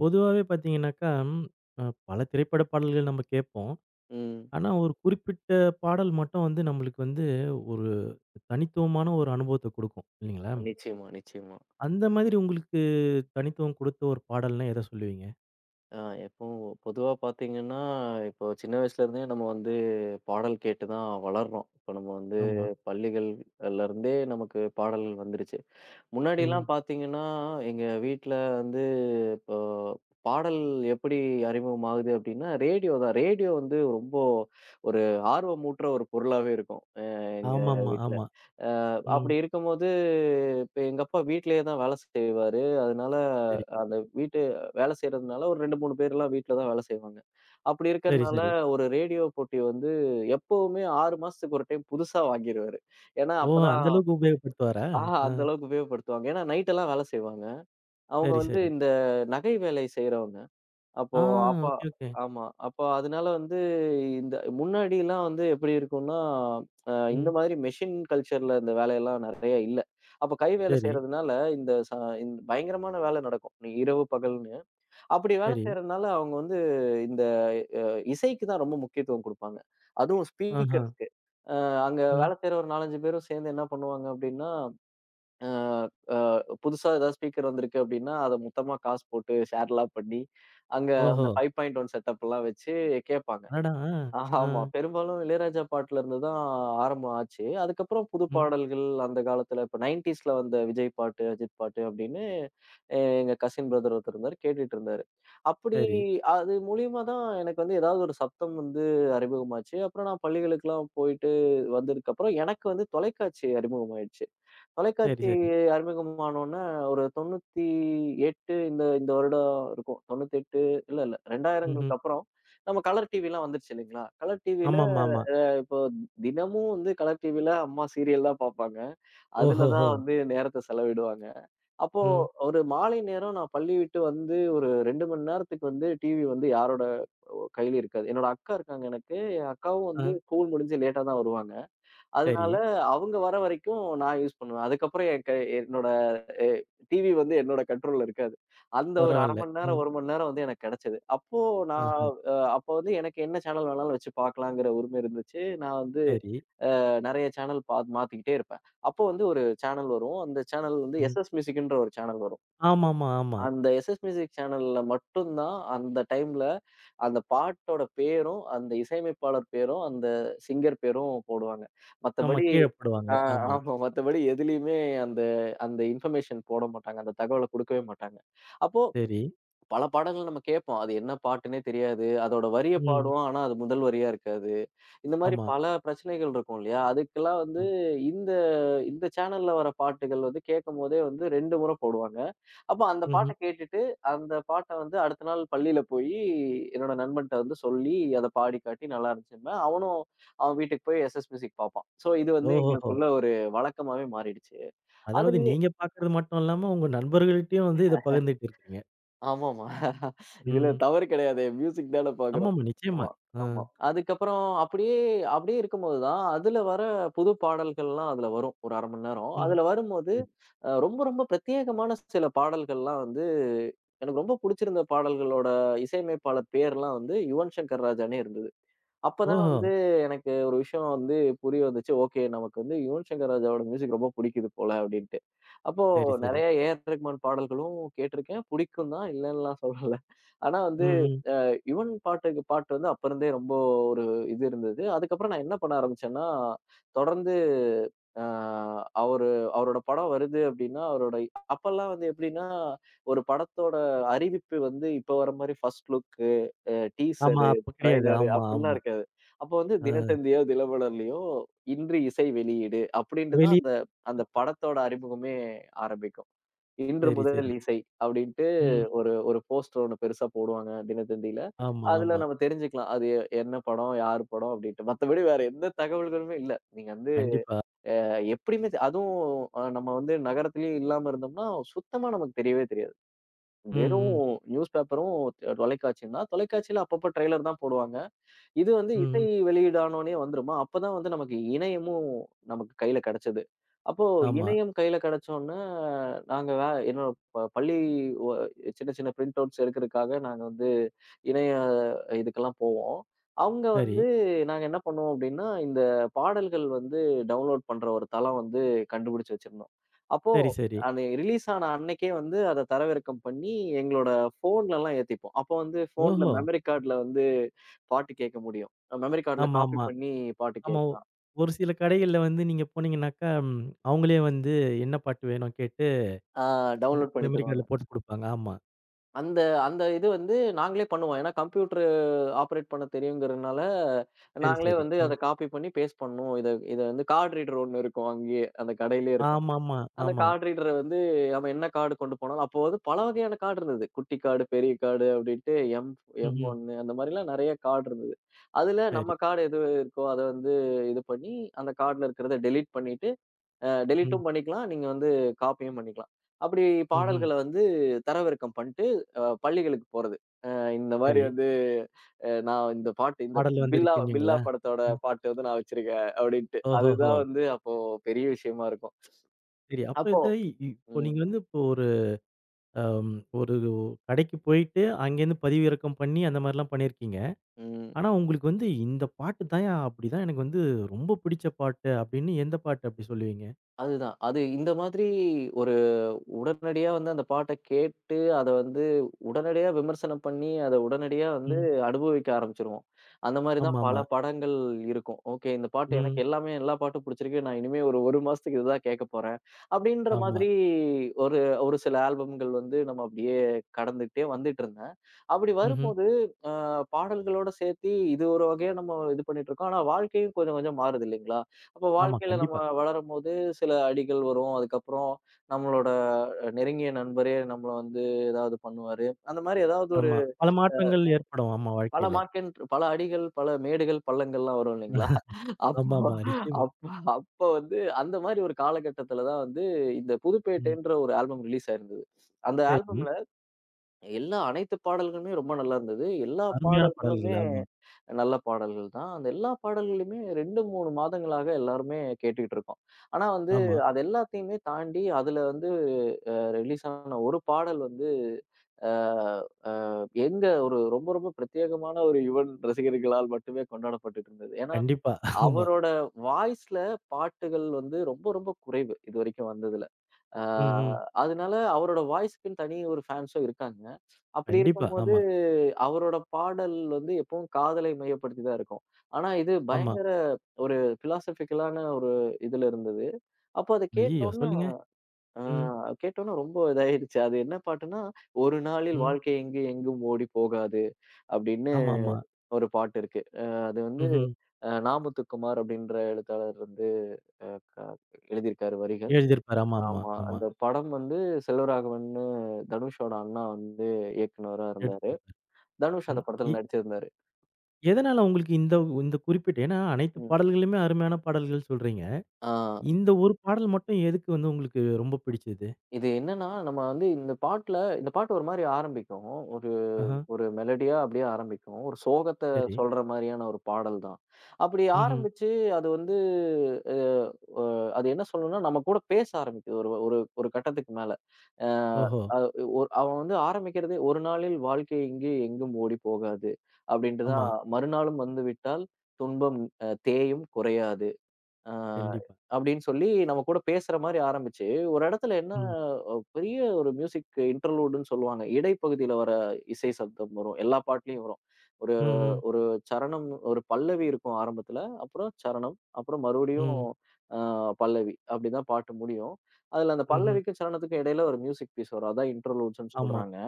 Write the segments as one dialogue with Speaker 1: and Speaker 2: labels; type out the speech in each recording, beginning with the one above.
Speaker 1: பொதுவாவே பார்த்தீங்கன்னாக்கா, பல திரைப்பட பாடல்கள் நம்ம கேட்போம்.
Speaker 2: ம்.
Speaker 1: ஆனா, ஒரு குறிப்பிட்ட பாடல் மட்டும் வந்து நம்மளுக்கு வந்து ஒரு தனித்துவமான ஒரு அனுபவத்த குடுக்கும். இல்லைங்களா?
Speaker 2: நிச்சயமா, நிச்சயமா.
Speaker 1: அந்த மாதிரி உங்களுக்கு தனித்துவம் குடுத்த ஒரு பாடல்னா எத சொல்லுவீங்க?
Speaker 2: அ எப்பவும் பொதுவா பார்த்தீங்கன்னா, இப்போ சின்ன வயசுலேருந்தே நம்ம வந்து பாடல் கேட்டு தான் வளர்றோம். இப்போ நம்ம வந்து
Speaker 1: ஆமா.
Speaker 2: பள்ளிகள்லருந்தே நமக்கு பாடல் வந்துருச்சு.
Speaker 1: ம்.
Speaker 2: முன்னாடிலாம் பார்த்தீங்கன்னா, எங்க வீட்ல வந்து இப்போ பாடல் எப்படி அறிமுகமாகுது அப்டின்னா, ரேடியோ தான். ரேடியோ வந்து ரொம்ப ஒரு ஆர்வமூட்டுற ஒரு பொருளாவே இருக்கும். எங்க
Speaker 1: ஆமாமா.
Speaker 2: வீட்ல.
Speaker 1: ஆமா.
Speaker 2: அ
Speaker 1: ம்.
Speaker 2: அப்படி இருக்கும்போது, இப்ப எங்க அப்பா வீட்லயே தான் வேலை செய்வாரு. அதனால
Speaker 1: சரி.
Speaker 2: அந்த வீட்டு வேலை செய்றதுனால ஒரு 2, 3 பேர்லாம் வீட்ல தான் வேலை செய்வாங்க. அப்படி
Speaker 1: சரி,
Speaker 2: இருக்கறனால
Speaker 1: சரி.
Speaker 2: ஒரு ரேடியோ போட்டி வந்து எப்பவுமே 6 மாசத்துக்கு ஒரு டைம் புதுசா வாங்கிருவாரு. ஏன்னா,
Speaker 1: ஓ!
Speaker 2: அப்பதான்
Speaker 1: அந்த அளவுக்கு உபயோகப்படுத்துவாரா?
Speaker 2: ஆஹா,
Speaker 1: ஆ.
Speaker 2: அந்த அளவுக்கு உபயோகப்படுத்துவாங்க. ஏன்னா நைட் எல்லாம் வேலை செய்வாங்க. அவங்க
Speaker 1: சரி,
Speaker 2: வந்து
Speaker 1: சரி.
Speaker 2: இந்த நகை வேலை செய்றவங்க. அப்போ
Speaker 1: ஆ.
Speaker 2: அப்பா
Speaker 1: ஓகே, ஓகே.
Speaker 2: ஆமா. அப்போ அதனால வந்து இந்த முன்னாடிலாம் வந்து எப்படி இருக்கும்னா, இந்த
Speaker 1: ம்.
Speaker 2: மாதிரி மெஷின் கல்ச்சர்ல இந்த வேலையெல்லாம் நெறைய இல்ல. அப்ப கை வேலை
Speaker 1: சரி,
Speaker 2: செய்றதுனால இந்த இந்த பயங்கரமான வேலை நடக்கும். நீ இரவு பகல்னு. அப்படி வேலை
Speaker 1: சரி.
Speaker 2: செய்றதுனால அவங்க வந்து இந்த அ இசைக்கு தான் ரொம்ப முக்கியத்துவம் குடுப்பாங்க. அதுவும்
Speaker 1: ஆஹா.
Speaker 2: ஸ்பீக்கர்ஸ்க்கு. அ அங்க
Speaker 1: ம்.
Speaker 2: வேலை செய்ற ஒரு 4, 5 பேரும் சேர்ந்து என்ன பண்ணுவாங்க அப்படின்னா அ அ புதுசா ஏதாவது ஸ்பீக்கர் வந்திருக்கு அப்படின்னா, அத மொத்தமா காசு போட்டு ஷேர்லாம் பண்ணி, அங்க அந்த
Speaker 1: ஓஹோ!
Speaker 2: 5.1 செட்டப்லாம் வச்சு கேட்பாங்க.
Speaker 1: அடடா! ஆ. ஆ.
Speaker 2: ஆமா. பெரும்பாலும் இளையராஜா பாட்டுலருந்து தான் ஆரம்பம் ஆச்சு. அதுக்கப்புறம் புது
Speaker 1: ம்.
Speaker 2: பாடல்கள் அந்த காலத்துல இப்ப 90ஸ்ல வந்த விஜய் பாட்டு, அஜித் பாட்டு அப்படின்னு எங்க கசின் பிரதர் ஒருத்தர் இருந்தாரு. கேட்டுட்டு இருந்தாரு. அப்படி
Speaker 1: சரி.
Speaker 2: அது மூலியமா தான் எனக்கு வந்து ஏதாவது ஒரு சப்தம் வந்து அறிமுகமாச்சு. அப்புறம் நான் பள்ளிகளுக்கெல்லாம் போயிட்டு வந்ததுக்கப்புறம் எனக்கு வந்து தொலைக்காட்சி அறிமுகமாயிடுச்சு.
Speaker 1: சரி,
Speaker 2: தொலைக்காட்சி
Speaker 1: சரி.
Speaker 2: அறிமுகமானோன ஒரு 98 இந்த இந்த வருடம் இருக்கும். 98 இல்ல,
Speaker 1: ம்ஹ்ம்.
Speaker 2: 2000ங்களுக்கு அப்புறம் நம்ம கலர் டிவிலாம் வந்துருச்சு இல்லைங்களா? கலர் டிவில
Speaker 1: ஆமாமா. ஆமா.
Speaker 2: இப்போ தினமும் வந்து கலர் டிவில அம்மா சீரியல் தான் பார்ப்பாங்க. அதுல தான்
Speaker 1: ஓஹோஹோ!
Speaker 2: வந்து நேரத்த செலவிடுவாங்க. அப்போ
Speaker 1: ம்.
Speaker 2: ஒரு மாலை நேரம் நான் பள்ளி விட்டு வந்து ஒரு 2 மணி நேரத்துக்கு வந்து டிவி வந்து யாரோட கையிலயும் இருக்காது. என்னோட அக்கா இருக்காங்க எனக்கு. என் அக்காவும்
Speaker 1: ஆ.
Speaker 2: வந்து ஸ்கூல் முடிஞ்சு லேட்டா தான் வருவாங்க.
Speaker 1: சரி.
Speaker 2: அதனால அவங்க வர வரைக்கும் நான் யூஸ் பண்ணுவேன். அதுக்கப்புறம் என்னோட எ டிவி வந்து என்னோட கண்ட்ரோல்ல இருக்காது. அந்த ஒரு 1/2
Speaker 1: பரவால்ல.
Speaker 2: மணி
Speaker 1: ஆ.
Speaker 2: நேரம், 1 மணி நேரம் வந்து எனக்கு கிடைச்சது. அப்போ நான்
Speaker 1: ஆ.
Speaker 2: அப்போ வந்து எனக்கு என்ன சேனல் வேணாலும் வச்சு பார்க்கலாங்கிற உரிமை இருந்துச்சு. நான் வந்து
Speaker 1: சரி.
Speaker 2: நெறைய சேனல் பாத் மாத்திக்கிட்டே இருப்பேன். அப்போ வந்து ஒரு சேனல் வரும். அந்த சேனல் வந்து
Speaker 1: ம்.
Speaker 2: எஸ்.எஸ் மியூசிக்ன்ற ஒரு சேனல் வரும்.
Speaker 1: ஆமாமா, ஆமா.
Speaker 2: அந்த எஸ்எஸ் மியூசிக் சேனல்ல மட்டும் தான் அந்த டைம்ல அந்த பாட்டோட பேரும், அந்த இசையமைப்பாளர் பேரும், அந்த சிங்கர் பேரும் போடுவாங்க.
Speaker 1: ஆமா.
Speaker 2: மத்தபடி
Speaker 1: கீழ போடுவாங்க.
Speaker 2: ஆ
Speaker 1: ஆமா.
Speaker 2: ஆமா. மத்தபடி எதுலயுமே அந்த அந்த இன்ஃபர்மேஷன் போட மாட்டாங்க. அந்த தகவல குடுக்கவே மாட்டாங்க. அப்போ
Speaker 1: சரி.
Speaker 2: பல பாடல்கள் நம்ம கேட்போம். அது என்ன பாட்டுன்னே தெரியாது. அதோட வரிய
Speaker 1: ம்.
Speaker 2: பாடுவோம். ஆனா அது முதல் வரியா இருக்காது. இந்த மாரி
Speaker 1: ஆமா.
Speaker 2: பல பிரச்சனைகள் இருக்கும் இல்லையா? அதுக்கெல்லாம் வந்து
Speaker 1: ம்.
Speaker 2: இந்த இந்த சேனல்ல வர பாட்டுகள் வந்து கேட்கும்போதே வந்து 2 முறை போடுவாங்க. அப்ப அந்த பாட்ட
Speaker 1: ம்ஹ்ம்.
Speaker 2: கேட்டுட்டு, அந்த பாட்ட வந்து அடுத்த நாள் பள்ளியில போயி என்னோட நண்பன்ட்ட வந்து சொல்லி, அத பாடி காட்டி நல்லா இருந்துச்சுன்பேன். அவனும் அவன் வீட்டுக்கு போய் எஸ்.எஸ் மியூசிக் பார்ப்பான். ஸோ இது வந்து
Speaker 1: ஓஹோஹோ!
Speaker 2: எங்களுக்குள்ள ஒரு வழக்கமாவே மாறிடுச்சு.
Speaker 1: அதாவது
Speaker 2: அதுலயே
Speaker 1: நீங்க பார்க்கறது மட்டும் இல்லாம, உங்க நண்பர்கள்ட்டயும் வந்து இத பகிர்ந்துட்டு இருக்கீங்க.
Speaker 2: ஆமாமா. இதுல
Speaker 1: ம்.
Speaker 2: தவறு கிடையாதே! மியூசிக் தான பார்க்குறோம்.
Speaker 1: ஆமாமா. நிச்சயமா.
Speaker 2: ஆமா,
Speaker 1: ஆ.
Speaker 2: ஆமா. அதுக்கப்புறம் அப்படியே அப்படியே இருக்கும்போது தான், அதுல வர புது பாடல்கள்லாம் அதுல வரும். ஒரு 1/2 மணி நேரம்.
Speaker 1: ம்.
Speaker 2: அதுல வரும்போது,
Speaker 1: சரி.
Speaker 2: ரொம்ப ரொம்ப பிரத்யேகமான சில பாடல்கள்லாம் வந்து, எனக்கு ரொம்ப புடிச்சிருந்த பாடல்களோட இசையமைப்பாளர் பேர்லாம் வந்து யுவன் சங்கர் ராஜானே இருந்தது. அப்பதான்
Speaker 1: ஓஹோ!
Speaker 2: வந்து எனக்கு ஒரு விஷயம் வந்து புரிய வந்துச்சு. ஓகே நமக்கு வந்து யுவன் சங்கர் ராஜாவோட மியூசிக் ரொம்ப புடிக்குது போல அப்படின்ட்டு. அப்போ
Speaker 1: சரி, சரி.
Speaker 2: நெறைய ஏ ஆர் ரகுமான் பாடல்களும் கேட்டிருக்கேன். புடிக்கும் தான், இல்லன்னுலாம் சொல்லல. ஆனா
Speaker 1: ம்,
Speaker 2: வந்து
Speaker 1: ம்.
Speaker 2: யுவன் பாட்டுக்கு பாட்டு வந்து அப்ப இருந்தே ரொம்ப ஒரு இது இருந்தது. அதுக்கப்புறம் நான் என்ன பண்ண ஆரம்பிச்சேன்னா, தொடர்ந்து அ அவரு அவரோட படம் வருது அப்டின்னா, அவரோட அப்பல்லாம் வந்து எப்டின்னா, ஒரு படத்தோட அறிவிப்பு வந்து இப்ப வர மாரி ஃபர்ஸ்ட் லுக்கு,
Speaker 1: ஆமா.
Speaker 2: டீசரு,
Speaker 1: அப்ப கிடையாது.
Speaker 2: ட்ரெய்லரு
Speaker 1: ஆமா,
Speaker 2: அப்டிலாம்
Speaker 1: ஆமா.
Speaker 2: இருக்காது. அப்ப வந்து
Speaker 1: ஆ.
Speaker 2: தினத்தந்தியோ, தினமலர்லயோ இன்று இசை வெளியீடு அப்டின்ட்டு தான்
Speaker 1: வெளிய
Speaker 2: அந்த அந்த படத்தோட அறிமுகமே ஆரம்பிக்கும். இன்று
Speaker 1: சரி,
Speaker 2: முதல்
Speaker 1: சரி.
Speaker 2: இசை அப்படின்ட்டு
Speaker 1: ம்.
Speaker 2: ஒரு ஒரு போஸ்டர் ஒண்ணு பெருசா போடுவாங்க தினத்தந்தியில.
Speaker 1: ஆமா,
Speaker 2: அதுல
Speaker 1: ஆமா.
Speaker 2: நம்ம தெரிஞ்சுக்கலாம். அது என்ன படம், யார் படம் அப்படின்ட்டு. மத்தபடி வேற எந்த தகவல்களுமே இல்ல. நீங்க வந்து
Speaker 1: கண்டிப்பா.
Speaker 2: எப்படியுமே அதுவும் நம்ம வந்து நகரத்திலயும் இல்லாம இருந்தோம்னா, சுத்தமா நமக்கு தெரியவே தெரியாது.
Speaker 1: ம்,
Speaker 2: வெறும்
Speaker 1: ம்.
Speaker 2: நியூஸ் பேப்பரும் தொலைக்காட்சின்னா, தொலைக்காட்சியில அப்பப்போ ட்ரெய்லர் தான் போடுவாங்க. இது வந்து
Speaker 1: ம்,
Speaker 2: இசை
Speaker 1: ம்.
Speaker 2: வெளியீடானோனே வந்துருமா? அப்பதான் வந்து நமக்கு இணையமும் நமக்கு கையில கிடைச்சது. அப்போ
Speaker 1: ஆமா.
Speaker 2: இணையம் கையில கிடைச்சோன்ன, நாங்க என்னோட பள்ளி ஒ சின்ன சின்ன பிரிண்ட் அவுட்ஸ் எடுக்கிறதுக்காக நாங்க வந்து இணைய இதுக்கெல்லாம் போவோம். அவங்க
Speaker 1: சரி.
Speaker 2: வந்து நாங்க என்ன பண்ணோம் அப்படின்னா, இந்த பாடல்கள் வந்து டவுன்லோட் பண்ற ஒரு தளம் வந்து கண்டுபிடிச்சு வச்சிருந்தோம். அப்போ
Speaker 1: சரி, சரி.
Speaker 2: அது ரிலீஸ் ஆன அன்னைக்கே வந்து அத தரவிறக்கம் பண்ணி, எங்களோட ஃபோன்லலாம் ஏத்திப்போம். அப்போ வந்து ஃபோன்ல
Speaker 1: ஓஹோ!
Speaker 2: மெமரி கார்ட்ல வந்து பாட்டு கேட்க முடியும். மெமரி கார்ட்ல
Speaker 1: ஆமா,
Speaker 2: காப்பி
Speaker 1: ஆமா.
Speaker 2: பண்ணி பாட்டு
Speaker 1: ஆமா.
Speaker 2: கேட்கலாம்.
Speaker 1: ஒரு சில கடைகள்ல வந்து நீங்க போனீங்கன்னாக்கா, ம் அவங்களே வந்து என்ன பாட்டு வேணும் கேட்டு
Speaker 2: ஆ
Speaker 1: ம்
Speaker 2: டவுன்லோட் பண்ணி
Speaker 1: மெமரி
Speaker 2: தருவாங்க.
Speaker 1: கார்டுல போட்டு குடுப்பாங்க. ஆமா.
Speaker 2: அந்த அந்த இது வந்து நாங்களே பண்ணுவோம். ஏன்னா கம்ப்யூட்டர் ஆப்பரேட் பண்ண தெரியுங்கிறதுனால,
Speaker 1: சரி,
Speaker 2: நாங்களே
Speaker 1: சரி.
Speaker 2: வந்து
Speaker 1: அ.
Speaker 2: அத காப்பி பண்ணி பேஸ்ட் பண்ணணும். இத இத வந்து கார்ட் ரீடர் ஒண்ணு இருக்கும் அங்கேயே. அந்த கடையிலேயே இருக்கும்.
Speaker 1: ஆமாமா,
Speaker 2: அந்த
Speaker 1: ஆமா.
Speaker 2: கார்ட் ரீடர் வந்து நம்ம என்ன கார்டு கொண்டு போனாலும் அப்போ வந்து பல வகையான கார்டு இருந்தது. குட்டி கார்டு, பெரிய கார்டு அப்படின்ட்டு எம் எம்
Speaker 1: ம்ஹ்ம்.
Speaker 2: ஒண்ணு அந்த மாரிலாம் நெறைய கார்டு இருந்தது. அதுல
Speaker 1: சரி.
Speaker 2: நம்ம கார்டு எது இருக்கோ அத வந்து இது பண்ணி, அந்த கார்டுல இருக்கிறத டெலீட் பண்ணிட்டு,
Speaker 1: ம்.
Speaker 2: டெலீட்டும் பண்ணிக்கலாம். நீங்க வந்து காப்பியும் பண்ணிக்கலாம். அப்படி
Speaker 1: ம்ஹ்ம்.
Speaker 2: பாடல்கள வந்து தரவிறக்கம் பண்ட்டு, பள்ளிகளுக்கு போறது. அ இந்த மாரி
Speaker 1: சரி.
Speaker 2: வந்து நான் இந்த பாட்டு இந்த
Speaker 1: பாடல் வந்து
Speaker 2: பில்லா பில்லா
Speaker 1: இருக்குன்னீங்களா?
Speaker 2: படத்தோட
Speaker 1: ம்.
Speaker 2: பாட்டு வந்து நான் வச்சிருக்கேன் அப்படின்ட்டு.
Speaker 1: ஓஹோஹோ!
Speaker 2: அதுதான் வந்து அப்போ பெரிய விஷயமா இருக்கும்.
Speaker 1: சரி. அப்ப
Speaker 2: அப்போ
Speaker 1: இது இப்போ
Speaker 2: ம்.
Speaker 1: நீங்க வந்து இப்போ ஒரு அம் ஒரு கடைக்கு போயிட்டு, அங்கேருந்து பதிவிறக்கம் பண்ணி அந்த மாரிலாம் பண்ணியிருக்கீங்க.
Speaker 2: ம்.
Speaker 1: ஆனா உங்களுக்கு வந்து இந்த பாட்டு தான்யா அப்படிதான் எனக்கு வந்து ரொம்ப பிடிச்ச பாட்டு அப்படின்னு எந்த பாட்டு அப்படி சொல்லுவீங்க?
Speaker 2: அதுதான். அது இந்த மாதிரி ஒரு உடனடியா வந்து அந்த பாட்ட கேட்டு, அத வந்து உடனடியா விமர்சனம் பண்ணி, அத உடனடியா வந்து
Speaker 1: ம்.
Speaker 2: அனுபவிக்க ஆரம்பிச்சுருவோம். அந்த மாரி தான் பல
Speaker 1: ஆமாமா.
Speaker 2: படங்கள் இருக்கும். ஓகே இந்த பாட்டு
Speaker 1: ம்.
Speaker 2: எனக்கு எல்லாமே எல்லா பாட்டும் புடிச்சிருக்கு. நான் இனிமே ஒரு 1 மாசத்துக்கு இதுதான் கேட்கப் போறேன். அப்படின்ற
Speaker 1: ஆமா.
Speaker 2: மாதிரி ஒரு ஒரு சில ஆல்பம்கள் வந்து நம்ம அப்படியே கடந்துகிட்டே வந்துட்டு இருந்தேன். அப்படி
Speaker 1: ம்ஹ்ம்.
Speaker 2: வரும்போது பாடல்களோட சேர்த்தி இது ஒரு வகையா நம்ம இது பண்ணிட்டு இருக்கோம். ஆனா வாழ்க்கையும் கொஞ்சம் கொஞ்சம் மாறுது இல்லைங்களா? அப்போ
Speaker 1: ஆமா.
Speaker 2: வாழ்க்கையில நம்ம
Speaker 1: கண்டிப்பா.
Speaker 2: வளரும்போது சில அடிகள் வரும். அதுக்கப்புறம் நம்மளோட நெருங்கிய நண்பரே நம்மள வந்து ஏதாவது பண்ணுவாரு. அந்த மாரி ஏதாவது ஒரு
Speaker 1: ஆமா. பல மாற்றங்கள் ஏற்படும். ஆமா
Speaker 2: பல
Speaker 1: வாழ்க்கையில.
Speaker 2: மார்க்கெண்ட் பல அடிகள், பல மேடுகள், பள்ளங்கள்லாம் வரும் இல்லைங்களா? அப்போ
Speaker 1: ஆமாமா. நிச்சயமா.
Speaker 2: அப்போ அப்போ வந்து அந்த மாரி ஒரு காலகட்டத்தில தான் வந்து இந்த
Speaker 1: ம்.
Speaker 2: புதுப்பேட்டைன்ற ஒரு ஆல்பம் ரிலீஸ் ஆயிருந்தது. அந்த
Speaker 1: சரி.
Speaker 2: ஆல்பம்ல எல்லா அனைத்து பாடல்களுமே ரொம்ப நல்லா இருந்தது. எல்லா
Speaker 1: அருமையான பாடல்கள்.
Speaker 2: பாடல்களுமே
Speaker 1: ஆமா.
Speaker 2: நல்ல பாடல்கள் தான். அந்த எல்லா பாடல்களையுமே 2, 3 மாதங்களாக எல்லாருமே கேட்டுட்டு இருக்கோம். ஆனா வந்து
Speaker 1: ஆமா.
Speaker 2: அது எல்லாத்தையுமே தாண்டி அதுல வந்து அ ரிலீஸ் ஆன ஒரு பாடல் வந்து அ எங்க ஒரு ரொம்ப ரொம்ப பிரத்யேகமான ஒரு யுவன் ரசிகர்களால் மட்டுமே கொண்டாடப்பட்டுட்டு இருந்தது. ஏன்னா,
Speaker 1: கண்டிப்பா. ஆமா.
Speaker 2: அவரோட வாய்ஸ்ல பாட்டுகள் வந்து ரொம்ப ரொம்ப குறைவு இதுவரைக்கும் வந்ததுல. ஆ
Speaker 1: ம், ம்.
Speaker 2: அதனால அவரோட வாய்ஸ்க்குன்னு தனி ஒரு ஃபேன்ஸும் இருக்காங்க. அப்படி
Speaker 1: கண்டிப்பா.
Speaker 2: இருக்கும்போது
Speaker 1: ஆமா.
Speaker 2: அவரோட பாடல் வந்து எப்பவும் காதலை மையப்படுத்தி தான் இருக்கும். ஆனா இது
Speaker 1: ஆமா.
Speaker 2: பயங்கர ஒரு பிலாசபிக்கலான ஒரு இதுல இருந்தது. அப்போ அத
Speaker 1: ஐயய்யோ!
Speaker 2: கேட்டோன்ன
Speaker 1: சொல்லுங்க.
Speaker 2: ஆ
Speaker 1: ம்,
Speaker 2: கேட்டோன்ன ரொம்ப இதாயிடுச்சு. அது என்ன பாட்டுன்னா, "ஒரு நாளில்
Speaker 1: ம்.
Speaker 2: வாழ்க்கை எங்கு எங்கும் ஓடிப் போகாது" அப்படின்னு
Speaker 1: ஆமாமா.
Speaker 2: ஒரு பாட்டு இருக்கு. அது வந்து
Speaker 1: ம்ஹ்ம்.
Speaker 2: நா. முத்துக்குமார் அப்படின்ற எழுத்தாளர் வந்து அ எழுதியிருக்காரு வரிகள்.
Speaker 1: எழுதியிருப்பாரு. ஆமாமா.
Speaker 2: ஆமா.
Speaker 1: ஆமா.
Speaker 2: அந்த படம் வந்து செல்வராகவன்னு தனுஷோட அண்ணா வந்து இயக்குனரா இருந்தாரு.
Speaker 1: எடுத்திருப்பாரு.
Speaker 2: தனுஷ்
Speaker 1: ம்.
Speaker 2: அந்த
Speaker 1: இ
Speaker 2: படத்துல நடிச்சிருந்தாரு.
Speaker 1: எதனால உங்களுக்கு இந்த இந்த குறிப்பிட்ட ஏன்னா அனைத்து
Speaker 2: ம்.
Speaker 1: பாடல்களுமே அருமையான பாடல்கள் சொல்றீங்க.
Speaker 2: ஆ.
Speaker 1: இந்த ஒரு பாடல் மட்டும் எதுக்கு வந்து உங்களுக்கு ரொம்ப பிடிச்சது?
Speaker 2: இது என்னன்னா, நம்ம வந்து இந்த பாட்டுல இந்த பாட்டு ஒரு மாரி ஆரம்பிக்கும். ஒரு
Speaker 1: ஆஹ.
Speaker 2: ஒரு மெலோடியா அப்படியே ஆரம்பிக்கும். ஒரு சோகத்த
Speaker 1: சரி.
Speaker 2: சொல்ற மாரியான ஒரு பாடல் தான். அப்படி
Speaker 1: ம்ஹ்ம்.
Speaker 2: ஆரம்பிச்சு அது வந்து அ அ அது என்ன சொல்லணும்னா, நம்ம கூட பேச ஆரம்பிக்குது. ஒரு ஒரு ஒரு கட்டத்துக்கு மேல. அ
Speaker 1: ஓஹோ!
Speaker 2: அது ஒரு அவன் வந்து ஆரம்பிக்கிறதே, "ஒரு நாளில் வாழ்க்கை இங்கு எங்கும் ஓடி போகாது" அப்படின்ட்டு
Speaker 1: ஆமா.
Speaker 2: தான். "மறுநாளும் வந்துவிட்டால் துன்பம் தேயும் குறையாது." ஆ
Speaker 1: கண்டிப்பா.
Speaker 2: அப்படின்னு சொல்லி நம்ம கூட பேசுற மாரி ஆரம்பிச்சு, ஒரு இடத்துல என்ன
Speaker 1: ம்.
Speaker 2: பெரிய ஒரு மியூசிக் இன்டர்லூடுன்னு சொல்லுவாங்க. இடைப்பகுதியில வர இசை சப்தம் வரும். எல்லா பாட்டுலயும் வரும். ஒரு
Speaker 1: ம், ம்,
Speaker 2: ஒரு சரணம், ஒரு பல்லவி இருக்கும் ஆரம்பத்துல. அப்புறம் சரணம், அப்புறம் மறுபடியும்
Speaker 1: ம்,
Speaker 2: அ பல்லவி. அப்படிதான் பாட்டு முடியும். அதுல அந்த
Speaker 1: ம்ஹ்ம்.
Speaker 2: பல்லவிக்கும், சரணத்துக்கும் இடையில ஒரு மியூசிக் பீஸ் வரும். அதான் இன்டர்லூட்ஸ்ன்னு
Speaker 1: ஆமா,
Speaker 2: சொல்றாங்க.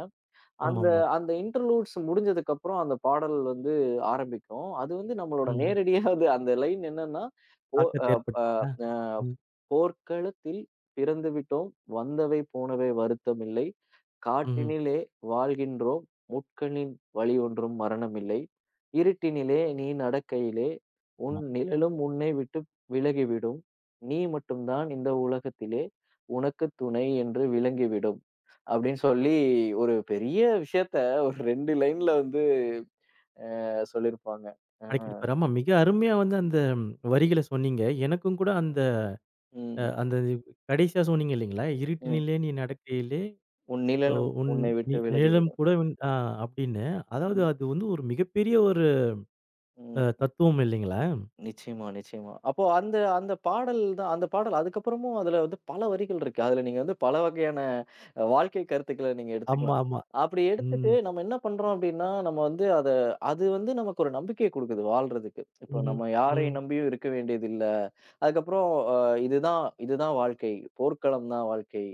Speaker 2: அந்த
Speaker 1: ஆமாமா.
Speaker 2: அந்த இன்டர்லூட்ஸ் முடிஞ்சதுக்கு அப்புறம் அந்த பாடல் வந்து ஆரம்பிக்கும். அது வந்து நம்மளோட
Speaker 1: ம்.
Speaker 2: நேரடியா அது அந்த லைன் என்னன்னா, ஓ
Speaker 1: தாக்கத்த
Speaker 2: அ
Speaker 1: ஏற்பட்டுச்சா?
Speaker 2: அ
Speaker 1: ம்,
Speaker 2: "போர்க்களத்தில் பிறந்து விட்டோம். வந்தவை போனவை வருத்தமில்லை.
Speaker 1: ம்ஹ்ம்.
Speaker 2: காட்டினிலே வாழ்கின்றோம். முட்களின் வழியொன்றும் மரணமில்லை. இருட்டினிலே நீ நடக்கையிலே, உன்
Speaker 1: ஆமா.
Speaker 2: நிழலும் உன்னை விட்டு விலகிவிடும். நீ மட்டும் தான் இந்த உலகத்திலே உனக்கு துணை என்று விளங்கிவிடும்." அப்படின்னு சொல்லி ஒரு பெரிய விஷயத்த ஒரு 2 லைன்ல வந்து சொல்லியிருப்பாங்க. அ.
Speaker 1: அடக்கியிருப்பாரு. ஆமா, மிக அருமையா வந்து அந்த வரிகள சொன்னீங்க. எனக்கும் கூட அந்த
Speaker 2: ம்,
Speaker 1: அந்த கடைசியா சொன்னீங்க இல்லைங்களா?
Speaker 2: ம்.
Speaker 1: "இருட்டினிலே நீ நடக்கையிலே
Speaker 2: "உன்
Speaker 1: அ
Speaker 2: நிழலும்
Speaker 1: உன்
Speaker 2: உன்னை விட்டு
Speaker 1: நிழலும்
Speaker 2: விலகிவிடும்."
Speaker 1: கூட உன்" ஆ அப்படின்னு. அதாவது
Speaker 2: ம்,
Speaker 1: அது வந்து ஒரு மிகப்பெரிய ஒரு
Speaker 2: ம்.
Speaker 1: தத்துவம் இல்லைங்களா?
Speaker 2: நிச்சயமா, நிச்சயமா. அப்போ அந்த அந்த பாடல் தான் அந்த பாடல் அதுக்கப்புறமும் அதுல வந்து பல வரிகள் இருக்கு. அதுல நீங்க வந்து பல வகையான வாழ்க்கை கருத்துக்கள நீங்க
Speaker 1: ஆமா,
Speaker 2: எடுத்துக்கலாம்.
Speaker 1: ஆமா.
Speaker 2: அப்படி எடுத்துட்டு
Speaker 1: ம்,
Speaker 2: நம்ம என்ன பண்றோம் அப்படின்னா, நம்ம வந்து அத அது வந்து நமக்கு ஒரு நம்பிக்கைய குடுக்குது வாழ்றதுக்கு. இப்போ
Speaker 1: ம்ஹ்ம்,
Speaker 2: நம்ம யாரை
Speaker 1: ம்,
Speaker 2: நம்பியும் இருக்க வேண்டியதில்ல. அதுக்கப்புறம் அ இதுதான் இதுதான் வாழ்க்கை. போர்க்களம் தான் வாழ்க்கை.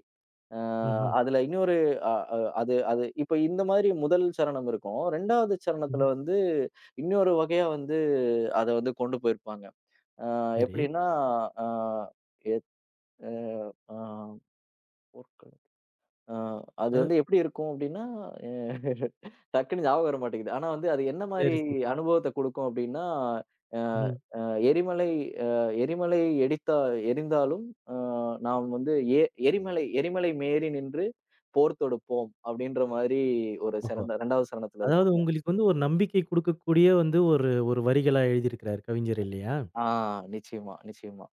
Speaker 2: அ
Speaker 1: ம்ஹ்ம்,
Speaker 2: அதுல இன்னொரு அ அ அது அது இப்ப இந்த மாதிரி முதல் சரணம் இருக்கும். 2வது
Speaker 1: ம்ஹ்ம்.
Speaker 2: சரணத்துல வந்து இன்னொரு வகையா வந்து அத வந்து கொண்டு போயிருப்பாங்க.
Speaker 1: சரி.
Speaker 2: எப்படின்னா, ஆ எத் அ ஆ போர்க்களம். ஆ அது
Speaker 1: அ
Speaker 2: வந்து எப்படி இருக்கும் அப்படின்னா, எ டக்குன்னு ஞாபகம் வர மாட்டேங்குது. ஆனா வந்து அது என்ன மாரி
Speaker 1: சரி, சரி.
Speaker 2: அனுபவத்த குடுக்கும் அப்படின்னா, அ
Speaker 1: ம்.
Speaker 2: அ எரிமலை அ எரிமலை எடித்தா எரிந்தாலும், அ நாம் வந்து எ எரிமலை எரிமலை மேறி நின்று போர் தொடுப்போம் அப்படின்ற மாரி ஒரு
Speaker 1: ஓஹோ!
Speaker 2: 2வது சரணத்துல
Speaker 1: அதாவது
Speaker 2: இருக்கும்.
Speaker 1: உங்களுக்கு வந்து ஒரு நம்பிக்கை குடுக்கக்கூடிய வந்து ஒரு ஒரு வரிகளா எழுதியிருக்கிறாரு கவிஞர் இல்லையா?
Speaker 2: ஆ நிச்சயமா, நிச்சயமா.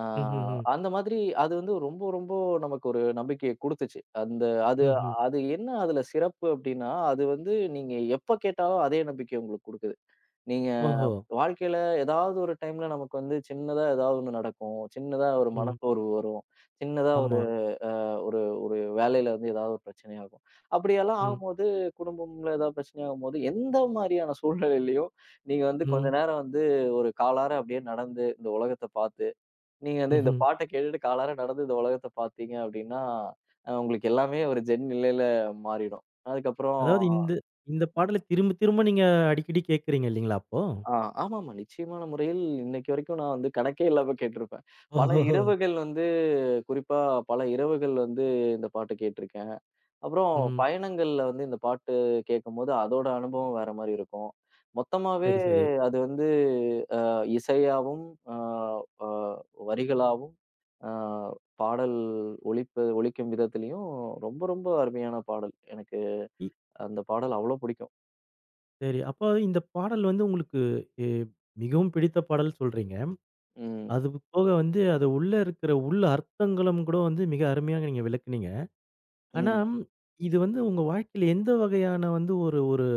Speaker 2: ஆ
Speaker 1: ம்ஹ்ஹ்ம்.
Speaker 2: அந்த மாதிரி அது வந்து ரொம்ப, ரொம்ப நமக்கு ஒரு நம்பிக்கைய குடுத்துச்சு. அந்த அது
Speaker 1: ம்ஹ்ம்.
Speaker 2: அது என்ன அதுல சிறப்பு அப்டின்னா, அது வந்து நீங்க எப்ப கேட்டாலும் அதே நம்பிக்கைய உங்களுக்கு குடுக்குது. நீங்க
Speaker 1: ஓஹோ!
Speaker 2: வாழ்க்கையில ஏதாவது ஒரு டைம்ல நமக்கு வந்து சின்னதா ஏதாவது ஒண்ணு நடக்கும். சின்னதா ஒரு
Speaker 1: ம்.
Speaker 2: மனச்சோர்வு வரும். சின்னதா
Speaker 1: ஆமா.
Speaker 2: ஒரு ஒரு வேலையில வந்து ஏதாவது ஒரு பிரச்சனையாகும். அப்படியெல்லாம்
Speaker 1: ம்.
Speaker 2: ஆகும்போது, குடும்பம்ல ஏதாவது பிரச்சனையாகும்போது, எந்த மாரியான சூழ்நிலையிலயும் நீங்க வந்து கொஞ்ச
Speaker 1: ம்.
Speaker 2: நேரம் வந்து ஒரு காலார அப்படியே நடந்து, இந்த உலகத்த பார்த்து, நீங்க வந்து இந்த
Speaker 1: ம்ஹ்ம்.
Speaker 2: பாட்ட கேட்டுட்டு காலார நடந்து இந்த உலகத்த பார்த்தீங்க அப்படின்னா, உங்களுக்கு எல்லாமே ஒரு ஜென் நிலையில மாறிடும். அதுக்கப்புறம்
Speaker 1: அதாவது இந்த இந்த பாடல திரும்ப திரும்ப நீங்க அடிக்கடி கேட்கிறீங்க இல்லைங்களா அப்போ?
Speaker 2: ஆ ஆமாமா. நிச்சயமான முறையில் இன்னைக்கு வரைக்கும் நான் வந்து கணக்கே இல்லாம கேட்டிருப்பேன். பல
Speaker 1: ஓஹோஹோ!
Speaker 2: இரவுகள் வந்து குறிப்பா பல இரவுகள் வந்து இந்த பாட்டு கேட்டிருக்கேன். அப்புறம்
Speaker 1: ம்ஹ்ம்.
Speaker 2: பயணங்கள்ல வந்து இந்த பாட்டு கேட்கும்போது, அதோட அனுபவம் வேற மாரி இருக்கும். மொத்தமாவே
Speaker 1: சரி, சரி.
Speaker 2: அது வந்து அ இசையாவும், அ அ வரிகளாவும், அ பாடல் ஒலிப்பு ஒலிக்கும் விதத்திலயும் ரொம்ப ரொம்ப அருமையான பாடல். எனக்கு
Speaker 1: இ
Speaker 2: அந்த பாடல் அவ்ளோ பிடிக்கும்.
Speaker 1: சரி. அப்போ இந்த பாடல் வந்து உங்களுக்கு எ மிகவும் பிடித்த பாடல் சொல்றீங்க.
Speaker 2: ம்,
Speaker 1: அது போக வந்து அது உள்ள இருக்கிற உள் அர்த்தங்களும் கூட வந்து மிக அருமையாக நீங்க விளக்குனீங்க. ஆனா,
Speaker 2: ம்.
Speaker 1: இது வந்து உங்க வாழ்க்கையில எந்த வகையான வந்து ஒரு ஒரு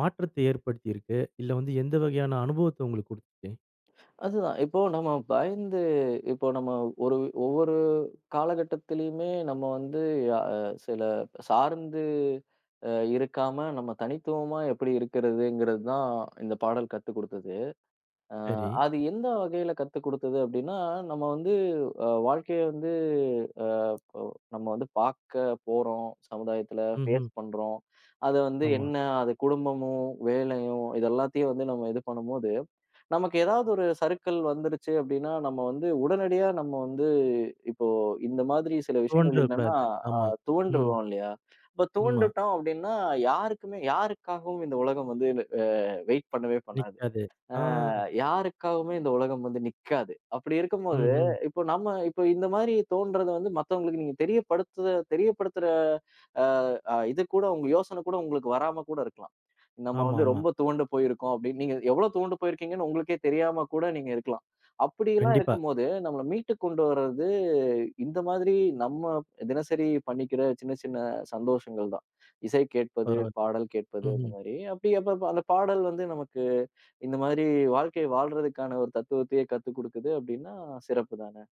Speaker 1: மாற்றத்தை ஏற்படுத்தியிருக்கு? இல்ல வந்து எந்த வகையான அனுபவத்த உங்களுக்கு குடுத்துச்சு?
Speaker 2: அதுதான். இப்போ நம்ம பயந்து இப்போ நம்ம ஒரு ஒவ்வொரு காலகட்டத்திலயுமே நம்ம வந்து அ சில சார்ந்து அ இருக்காம நம்ம தனித்துவமா எப்படி இருக்கிறதுங்கிறது தான் இந்த பாடல் கத்துக் குடுத்தது. அ
Speaker 1: சரி.
Speaker 2: அது எந்த வகையில கத்துக் குடுத்தது அப்படின்னா, நம்ம வந்து வாழ்க்கைய வந்து ஓ! நம்ம வந்து பார்க்க போறோம். சமுதாயத்துல
Speaker 1: ம்ஹ்ம்.
Speaker 2: ஃபேஸ் பண்றோம். அது வந்து
Speaker 1: ஆமா.
Speaker 2: என்ன அது குடும்பமும், வேலையும் இது எல்லாத்தையும் வந்து நம்ம இது பண்ணும்போது, நமக்கு ஏதாவது ஒரு சறுக்கல் வந்துருச்சு அப்டின்னா, நம்ம வந்து உடனடியா நம்ம வந்து இப்போ இந்த மாதிரி சில விஷயங்கள் இல்லன்னா,
Speaker 1: தோன்றக்கூடாது.
Speaker 2: அ
Speaker 1: ஆமா. ம்.
Speaker 2: துவண்டுருவோம் இல்லையா? இப்ப
Speaker 1: ஆமா.
Speaker 2: துவண்டுட்டோம் அப்டின்னா, யாருக்குமே யாருக்காகவும் இந்த உலகம் வந்து அ வெயிட் பண்ணவே பண்ணாது.
Speaker 1: நிக்காது. ஆ.
Speaker 2: யாருக்காகவுமே இந்த உலகம் வந்து நிக்காது. அப்படி இருக்கும்போது, ம்.
Speaker 1: ம்ஹ்ம்.
Speaker 2: இப்போ நம்ம இப்போ இந்த மாரி தோன்றத வந்து மத்தவங்களுக்கு நீங்க தெரியப்படுத்துற தெரியப்படுத்துற அ அ இது கூட உங்க யோசனை கூட உங்களுக்கு வராம கூட இருக்கலாம். நம்ம வந்து
Speaker 1: ஆமாமா.
Speaker 2: ரொம்ப துவண்டு போயிருக்கோம் அப்படின்னு நீங்க எவ்வளோ துவண்டு போயிருக்கீங்கன்னு உங்களுக்கே தெரியாம கூட நீங்க இருக்கலாம். அப்படிலாம்
Speaker 1: கண்டிப்பா.
Speaker 2: இருக்கும்போது, நம்மள மீட்டு கொண்டு வர்றது இந்த மாதிரி நம்ம தினசரி பண்ணிக்கிற சின்ன சின்ன சந்தோஷங்கள் தான். இசை கேட்பது,
Speaker 1: பரவால்ல.
Speaker 2: பாடல் கேட்பது இந்த
Speaker 1: ம்ஹ்ம்.
Speaker 2: மாரி. அப்படி அப்ப அந்த பாடல் வந்து நமக்கு இந்த மாதிரி வாழ்க்கை வாழ்றதுக்கான ஒரு தத்துவத்தையே கத்துக் குடுக்குது அப்படின்னா, சிறப்பு தானே.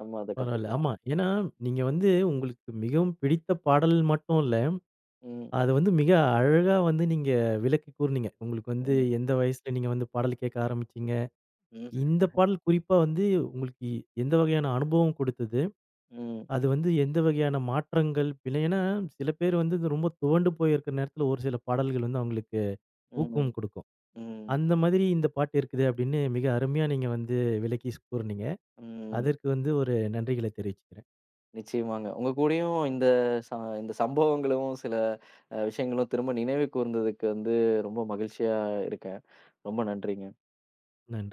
Speaker 2: நம்ம அத
Speaker 1: பரவால்ல.
Speaker 2: கத்துக்கலாம்.
Speaker 1: ஆமா. ஏன்னா, நீங்க வந்து உங்களுக்கு மிகவும் பிடித்த பாடல் மட்டும் இல்ல.
Speaker 2: ம்,
Speaker 1: அத வந்து மிக அழகா வந்து நீங்க விளக்கி கூறுனீங்க. உங்களுக்கு வந்து
Speaker 2: ம்,
Speaker 1: எந்த வயசுல நீங்க வந்து பாடல் கேட்க ஆரம்பிச்சீங்க?
Speaker 2: ம்,
Speaker 1: இந்த பாடல் குறிப்பா வந்து உங்களுக்கு எந்த வகையான அனுபவம் கொடுத்தது?
Speaker 2: ம்,
Speaker 1: அது வந்து எந்த வகையான மாற்றங்கள் பிழை ஏன்னா சில பேர் வந்து இது ரொம்ப துவண்டு போயிருக்கிற நேரத்துல ஒரு சில பாடல்கள் வந்து அவங்களுக்கு
Speaker 2: ம்,
Speaker 1: ஊக்கம் கொடுக்கும்.
Speaker 2: ம்,
Speaker 1: அந்த மாதிரி இந்த பாட்டு இருக்குது அப்படின்னு மிக அருமையா நீங்க வந்து விளக்கி கூறுனீங்க.
Speaker 2: ம்.
Speaker 1: அதற்கு வந்து ஒரு நன்றிகளை தெரிவிச்சுக்கிறேன்.
Speaker 2: நிச்சயமாங்க. உங்க கூடயும் இந்த ச இந்த சம்பவங்களும், சில விஷயங்களும் திரும்ப நினைவு கூர்ந்ததுக்கு வந்து ரொம்ப மகிழ்ச்சியா இருக்கேன். ரொம்ப நன்றிங்க.
Speaker 1: நன்றி.